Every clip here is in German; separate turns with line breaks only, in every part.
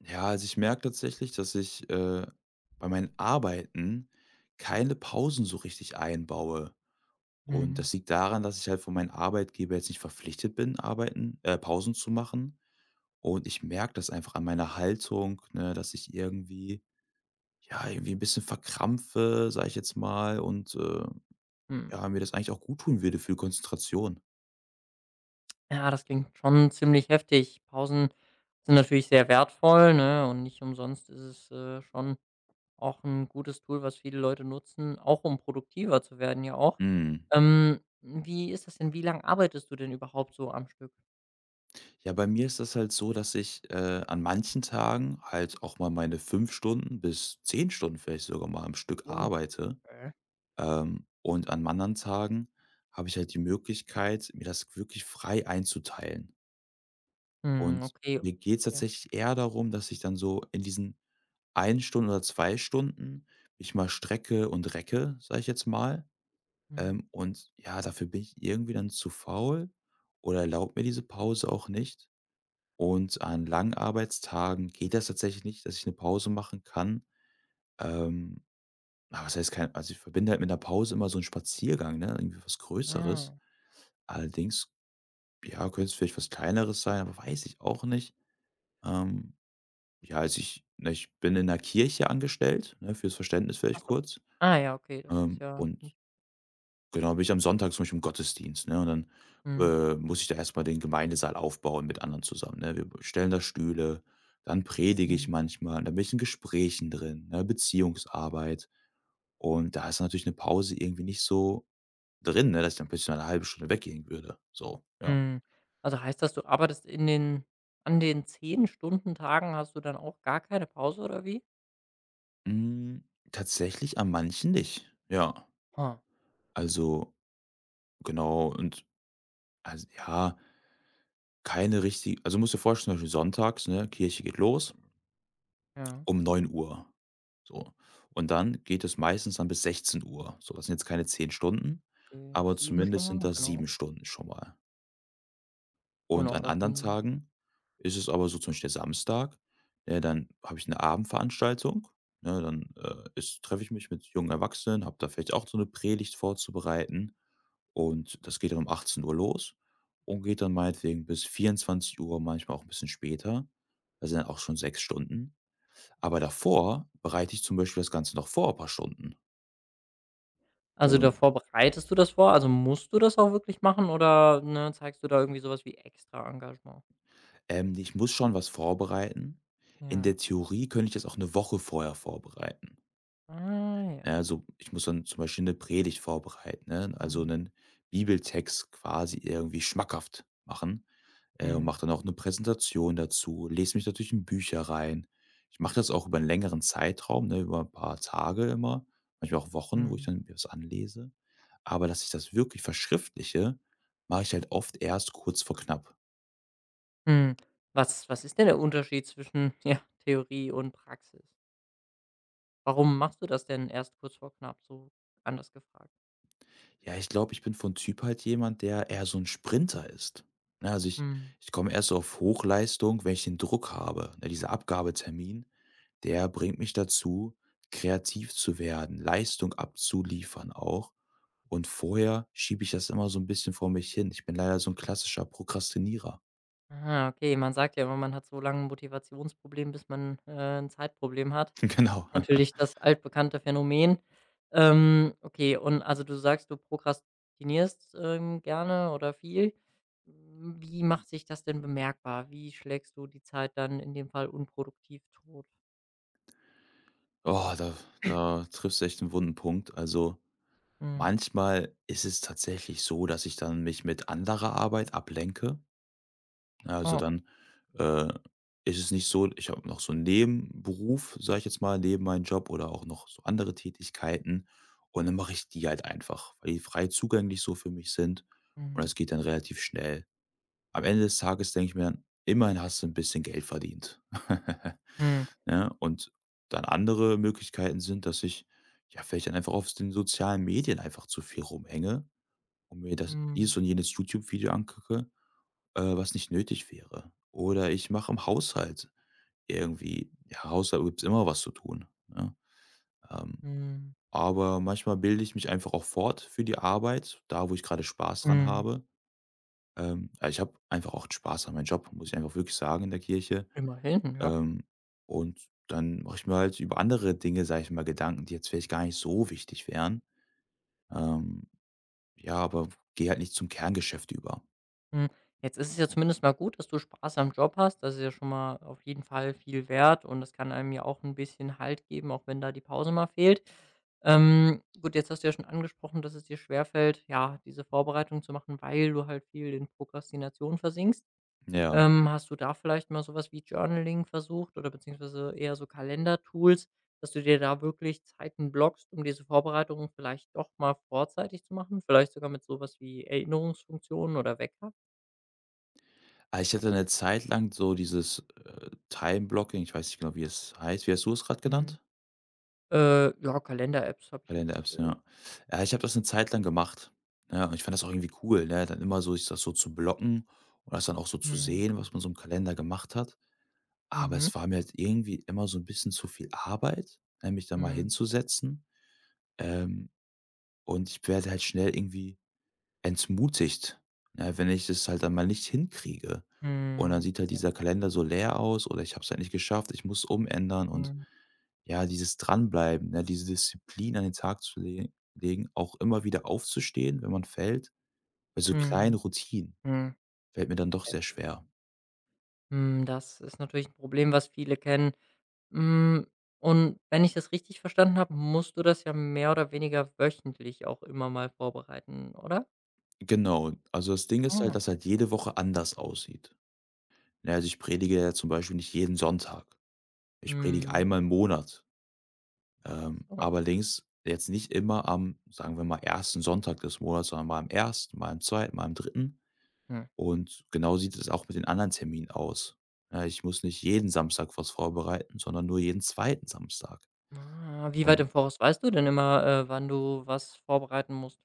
Ja, also ich merke tatsächlich, dass ich bei meinen Arbeiten keine Pausen so richtig einbaue. Und
Mhm.
das liegt daran, dass ich halt von meinem Arbeitgeber jetzt nicht verpflichtet bin, Pausen zu machen. Und ich merke das einfach an meiner Haltung, ne, dass ich irgendwie, ja, irgendwie ein bisschen verkrampfe, sage ich jetzt mal, und
Hm.
ja, mir das eigentlich auch gut tun würde für die Konzentration.
Ja, das klingt schon ziemlich heftig. Pausen sind natürlich sehr wertvoll, ne? Und nicht umsonst ist es schon auch ein gutes Tool, was viele Leute nutzen, auch um produktiver zu werden, ja auch.
Mm.
Wie ist das denn? Wie lange arbeitest du denn überhaupt so am Stück?
Ja, bei mir ist das halt so, dass ich, an manchen Tagen halt auch mal meine 5 Stunden bis 10 Stunden vielleicht sogar mal am Stück
Oh,
arbeite.
okay.
Und an anderen Tagen habe ich halt die Möglichkeit, mir das wirklich frei einzuteilen.
Hm,
Und
okay.
mir geht's
Ja.
tatsächlich eher darum, dass ich dann so in diesen 1 Stunde oder 2 Stunden mich mal strecke und recke, sage ich jetzt mal.
Hm.
Und ja, dafür bin ich irgendwie dann zu faul oder erlaubt mir diese Pause auch nicht. Und an langen Arbeitstagen geht das tatsächlich nicht, dass ich 'ne Pause machen kann. Ähm, na, was heißt kein, also, ich verbinde halt mit 'ner Pause immer so 'n Spaziergang, ne, irgendwie was Größeres.
Ah.
Allerdings, ja, könnte es vielleicht was Kleineres sein, aber weiß ich auch nicht. Ähm, ja, also, ich bin in 'ner Kirche angestellt, ne, fürs Verständnis vielleicht
Ach so.
kurz.
Ah ja, okay, das ist
Ähm,
ja
und
nicht.
Genau, bin ich am Sonntag zum Beispiel im Gottesdienst, ne, und dann,
Hm.
muss ich da erst mal den Gemeindesaal aufbauen mit anderen zusammen, ne? Wir stellen da Stühle, dann predige ich
Hm.
manchmal, dann bin ich in Gesprächen drin, ne, Beziehungsarbeit. Und da ist natürlich eine Pause irgendwie nicht so drin, ne, dass ich dann plötzlich mal eine halbe Stunde weggehen würde, so, ja.
Mhm. Also, heißt das, du arbeitest in den an den 10 Stunden Tagen hast du dann auch gar keine Pause oder wie?
Hm, tatsächlich an manchen nicht, ja.
Ha,
Also, genau, und also, ja, keine richti also, musst du dir vorstellen, zum Beispiel sonntags, ne, Kirche geht los
ja.
um 9 Uhr. So. Und dann geht es meistens dann bis 16 Uhr. So, das sind jetzt keine 10 Stunden,
Okay,
aber
7 schon
zumindest sind
mal,
das
genau.
7 Stunden schon mal. Und
Genau,
an
das
anderen
sind
Tagen ist es aber so, zum Beispiel der Samstag, ne, dann habe ich eine Abendveranstaltung, ne, dann, ist treffe ich mich mit jungen Erwachsenen, habe da vielleicht auch so eine Predigt vorzubereiten und das geht dann um 18 Uhr los und geht dann meinetwegen bis 24 Uhr, manchmal auch ein bisschen später. Das sind dann auch schon 6 Stunden. Aber davor bereite ich zum Beispiel das Ganze noch vor, ein paar Stunden.
Also,
Und,
davor bereitest du das vor? Also, musst du das auch wirklich machen oder, ne, zeigst du da irgendwie sowas wie extra Engagement?
ich muss schon was vorbereiten. In
Ja.
der Theorie könnte ich das auch eine Woche vorher vorbereiten.
Ah
Ja,
ja.
also, ich muss dann zum Beispiel eine Predigt vorbereiten, ne? Also,
Mhm.
einen Bibeltext quasi irgendwie schmackhaft machen, und
Mhm.
mache dann auch eine Präsentation dazu, lese mich natürlich in Bücher rein. Ich mache das auch über einen längeren Zeitraum, ne, über ein paar Tage immer, manchmal auch Wochen, wo ich
Mhm.
dann mir das anlese. Aber dass ich das wirklich verschriftliche, mache ich halt oft erst kurz vor knapp.
Mhm. Was ist denn der Unterschied zwischen, ja, Theorie und Praxis? Warum machst du das denn erst kurz vor knapp, so anders gefragt?
Ja, ich glaube, ich bin von Typ halt jemand, der eher so 'n Sprinter ist. Ne, also ich
Mhm.
ich komme erst so auf Hochleistung, wenn ich den Druck habe. Ne, dieser Abgabetermin, der bringt mich dazu, kreativ zu werden, Leistung abzuliefern auch. Und vorher schiebe ich das immer so 'n bisschen vor mich hin. Ich bin leider so 'n klassischer Prokrastinierer.
Ah, okay, man sagt ja immer, man hat so lange 'n Motivationsproblem, bis man, 'n Zeitproblem hat.
Genau.
Natürlich das altbekannte Phänomen. Okay, und also, du sagst, du prokrastinierst, gerne oder viel. Hm, wie macht sich das denn bemerkbar? Wie schlägst du die Zeit dann in dem Fall unproduktiv tot?
Oh, da triffst du echt 'n wunden Punkt. Also,
Mhm.
manchmal ist es tatsächlich so, dass ich dann mich mit anderer Arbeit ablenke. Ja, also
Oh.
dann, äh, ist es nicht so, ich habe noch so einen Nebenberuf, sage ich jetzt mal, neben meinem Job oder auch noch so andere Tätigkeiten und dann mache ich die halt einfach, weil die frei zugänglich so für mich sind und
Mhm.
das geht dann relativ schnell. Am Ende des Tages denke ich mir dann: „Immerhin hast du ein bisschen Geld verdient.“
Mhm.
Ne? Und dann andere Möglichkeiten sind, dass ich, ja, vielleicht dann einfach auf den sozialen Medien einfach zu viel rumhänge und mir das dieses
Mhm.
und jenes YouTube-Video angucke, was nicht nötig wäre. Oder ich mache im Haushalt irgendwie, ja, Haushalt gibt's immer was zu tun, ne? Ähm,
Mhm.
aber manchmal bilde ich mich einfach auch fort für die Arbeit, da wo ich gerade Spaß dran
Mhm.
habe. Ja, ich habe einfach auch Spaß an meinem Job, muss ich einfach wirklich sagen, in der Kirche.
Immerhin, ja.
Ähm, und dann mache ich mir halt über andere Dinge, sage ich mal, Gedanken, die jetzt vielleicht gar nicht so wichtig wären. Ähm, ja, aber gehe halt nicht zum Kerngeschäft über.
Hm, jetzt ist es ja zumindest mal gut, dass du Spaß am Job hast. Das ist ja schon mal auf jeden Fall viel wert und das kann einem ja auch ein bisschen Halt geben, auch wenn da die Pause mal fehlt. Gut, jetzt hast du ja schon angesprochen, dass es dir schwerfällt, ja, diese Vorbereitung zu machen, weil du halt viel in Prokrastination versinkst.
Ja.
Hast du da vielleicht mal so was wie Journaling versucht oder beziehungsweise eher so Kalendertools, dass du dir da wirklich Zeiten blockst, um diese Vorbereitungen vielleicht doch mal vorzeitig zu machen? Vielleicht sogar mit so was wie Erinnerungsfunktionen oder Wecker?
Ah, ich hatte eine Zeit lang so dieses, Time-Blocking, ich weiß nicht genau, wie es heißt. Wie hast du es gerade
Mhm.
genannt?
Ja, Kalender-Apps habe ich jetzt,
Kalender-Apps, ja. Ja, ich habe das eine Zeit lang gemacht. Ja, und ich fand das auch irgendwie cool, ne, dann immer so sich das so zu blocken und das dann auch so zu
mhm,
sehen, was man so im Kalender gemacht hat. Aber
mhm,
es war mir halt irgendwie immer so ein bisschen zu viel Arbeit, ne, mich da mal
mhm,
hinzusetzen, ähm, und ich werde halt schnell irgendwie entmutigt, ne, wenn ich das halt dann mal nicht hinkriege. Und dann
mhm,
sieht halt dieser Kalender so leer aus oder ich habe es halt nicht geschafft, ich muss umändern und
mhm,
ja, dieses Dranbleiben, ne, diese Disziplin an den Tag zu le legen, auch immer wieder aufzustehen, wenn man fällt. Bei so kleinen
mhm,
Routinen
mhm.
fällt mir dann doch sehr schwer.
Hm, das ist natürlich ein Problem, was viele kennen. Hm, und wenn ich das richtig verstanden habe, musst du das ja mehr oder weniger wöchentlich auch immer mal vorbereiten, oder?
Genau. Also, das Ding ist halt, dass
Ah,
halt jede Woche anders aussieht. Ne, also, ich predige ja zum Beispiel nicht jeden Sonntag. Ich predige
mhm.
einmal im Monat.
Ach
Aber
so,
links jetzt nicht immer am, sagen wir mal, ersten Sonntag des Monats, sondern mal am ersten, mal am zweiten, mal am dritten.
hm.
Und genau sieht es auch mit den anderen Terminen aus. Ja, ich muss nicht jeden Samstag was vorbereiten, sondern nur jeden zweiten Samstag.
Ah, wie weit
Und
im Voraus weißt du denn immer, wann du was vorbereiten musst?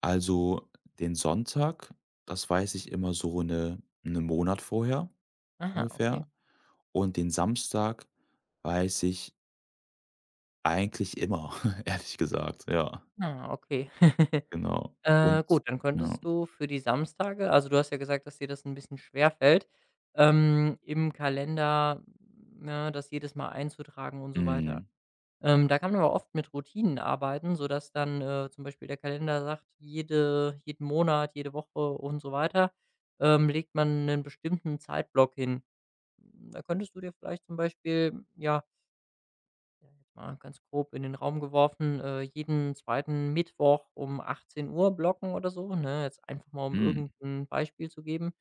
also den Sonntag, das weiß ich immer so einen Monat vorher
Aha, okay.
ungefähr. Und den Samstag weiß ich eigentlich immer, ehrlich gesagt. Ja,
Ah, okay.
genau. Und
Gut, dann
ja.
könntest du für die Samstage also, du hast ja gesagt, dass dir das ein bisschen schwerfällt, im Kalender, ne, das jedes Mal einzutragen und so weiter.
Mhm.
Da kann man aber oft mit Routinen arbeiten, sodass dann, zum Beispiel der Kalender sagt, jeden Monat, jede Woche und so weiter, legt man einen bestimmten Zeitblock hin. Da könntest du dir vielleicht zum Beispiel, ja mal ganz grob in den Raum geworfen, jeden zweiten Mittwoch um 18 Uhr blocken oder so, ne? Jetzt einfach mal, um
Mhm.
irgendein Beispiel zu geben,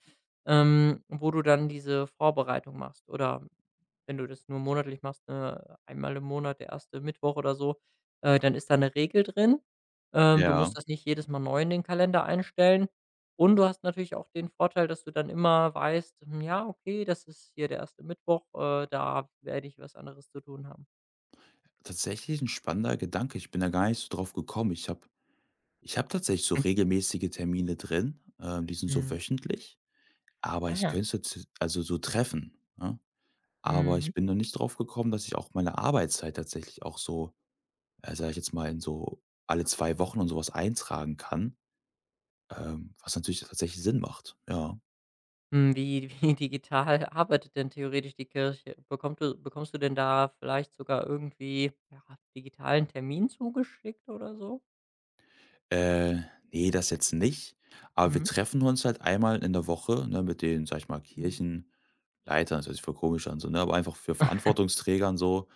wo du dann diese Vorbereitung machst. Oder wenn du das nur monatlich machst, ne, einmal im Monat, der erste Mittwoch oder so, dann ist da eine Regel drin. Du
Ja.
musst das nicht jedes Mal neu in den Kalender einstellen. Und du hast natürlich auch den Vorteil, dass du dann immer weißt: „Hm, ja, okay, das ist hier der erste Mittwoch, da werde ich was anderes zu tun haben.“
Tatsächlich ein spannender Gedanke. Ich bin da gar nicht so drauf gekommen. Ich habe tatsächlich so regelmäßige Termine drin, die sind so
Mhm.
wöchentlich, aber
Ah
ich
ja.
könnte es jetzt also so treffen, ne? Aber
Mhm.
ich bin noch nicht drauf gekommen, dass ich auch meine Arbeitszeit tatsächlich auch so, sage ich jetzt mal, in so alle 2 Wochen und sowas eintragen kann, was natürlich tatsächlich Sinn macht, ja.
Hm, wie wie digital arbeitet denn theoretisch die Kirche? Bekommt du Bekommst du denn da vielleicht sogar irgendwie, ja, digitalen Termin zugeschickt oder so?
Äh, ne, das jetzt nicht, aber wir
Mhm.
treffen uns halt einmal in der Woche, ne, mit den, sag ich mal,
Mhm.
Kirchenleitern, das hört sich voll komisch an so, ne, aber einfach für Verantwortungsträgern so,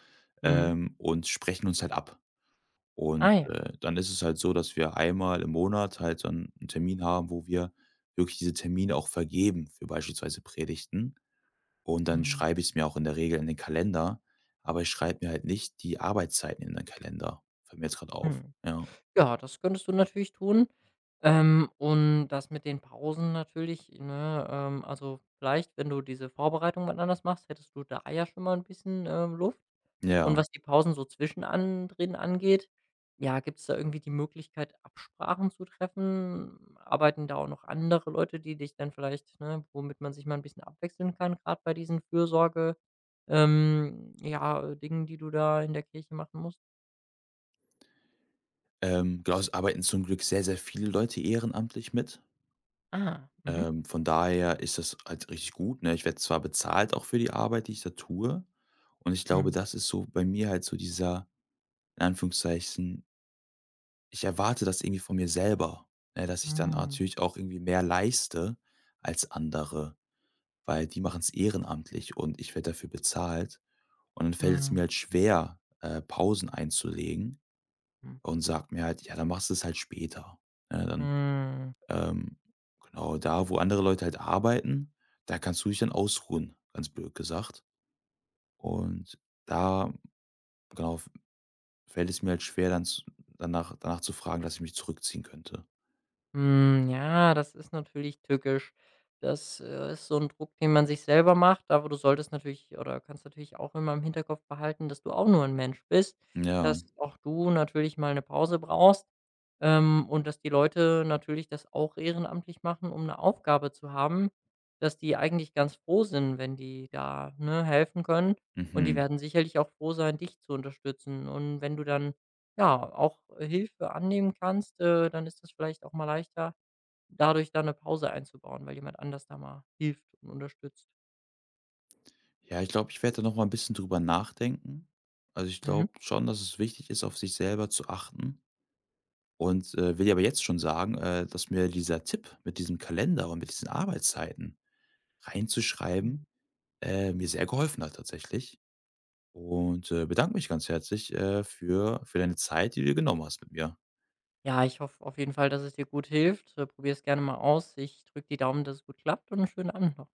Mhm.
und sprechen uns halt ab. Und,
Ah ja.
dann ist es halt so, dass wir einmal im Monat halt dann einen Termin haben, wo wir wirklich diese Termine auch vergeben für beispielsweise Predigten. Und dann
Mhm.
schreibe ich es mir auch in der Regel in den Kalender, aber ich schreibe mir halt nicht die Arbeitszeiten in den Kalender. Fällt mir jetzt gerade auf.
Mhm.
Ja.
Ja, das könntest du natürlich tun. Und das mit den Pausen natürlich, ne, also, vielleicht, wenn du diese Vorbereitung wann anders machst, hättest du da ja schon mal ein bisschen, Luft. Und
Ja.
was die Pausen so zwischen an drin angeht, ja, gibt es da irgendwie die Möglichkeit, Absprachen zu treffen? Arbeiten da auch noch andere Leute, die dich dann vielleicht ne, womit man sich mal ein bisschen abwechseln kann, gerade bei diesen Fürsorge ja, Dingen, die du da in der Kirche machen musst?
Genau, es arbeiten zum Glück sehr, sehr viele Leute ehrenamtlich mit.
Ah, mhm.
Von daher ist das halt richtig gut, ne? Ich werde zwar bezahlt auch für die Arbeit, die ich da tue. Und ich glaube,
Mhm.
das ist so bei mir halt so dieser, in Anführungszeichen, ich erwarte das irgendwie von mir selber, ne? Dass ich dann
Mhm.
natürlich auch irgendwie mehr leiste als andere, weil die machen es ehrenamtlich und ich werde dafür bezahlt. Und dann fällt es
Mhm.
mir halt schwer, Pausen einzulegen
Mhm.
und sagt mir halt: „Ja, dann machst du es halt später.“ Ne, dann
Mhm.
Ähm, genau, da, wo andere Leute halt arbeiten, da kannst du dich dann ausruhen, ganz blöd gesagt. Und da, genau, fällt es mir halt schwer, dann zu, danach zu fragen, dass ich mich zurückziehen könnte.
Hm, ja, das ist natürlich tückisch. Das, ist so ein Druck, den man sich selber macht, aber du solltest natürlich oder kannst natürlich auch immer im Hinterkopf behalten, dass du auch nur ein Mensch bist,
Ja,
dass auch du natürlich mal eine Pause brauchst, und dass die Leute natürlich das auch ehrenamtlich machen, um eine Aufgabe zu haben, dass die eigentlich ganz froh sind, wenn die da, ne, helfen können. Und die
mhm.
werden sicherlich auch froh sein, dich zu unterstützen. Und wenn du dann ja, auch Hilfe annehmen kannst, dann ist das vielleicht auch mal leichter, dadurch da eine Pause einzubauen, weil jemand anders da mal hilft und unterstützt.
Ja, ich glaube, ich werde da noch mal ein bisschen drüber nachdenken. Also ich
Mhm.
glaube schon, dass es wichtig ist, auf sich selber zu achten. Und will dir aber jetzt schon sagen, dass mir dieser Tipp mit diesem Kalender und mit diesen Arbeitszeiten reinzuschreiben,
Mhm.
mir sehr geholfen hat tatsächlich. Und, bedanke mich ganz herzlich, für deine Zeit, die du dir genommen hast mit mir.
Ja, ich hoffe auf jeden Fall, dass es dir gut hilft. Probier es gerne mal aus. Ich drücke die Daumen, dass es gut klappt und einen schönen Abend noch.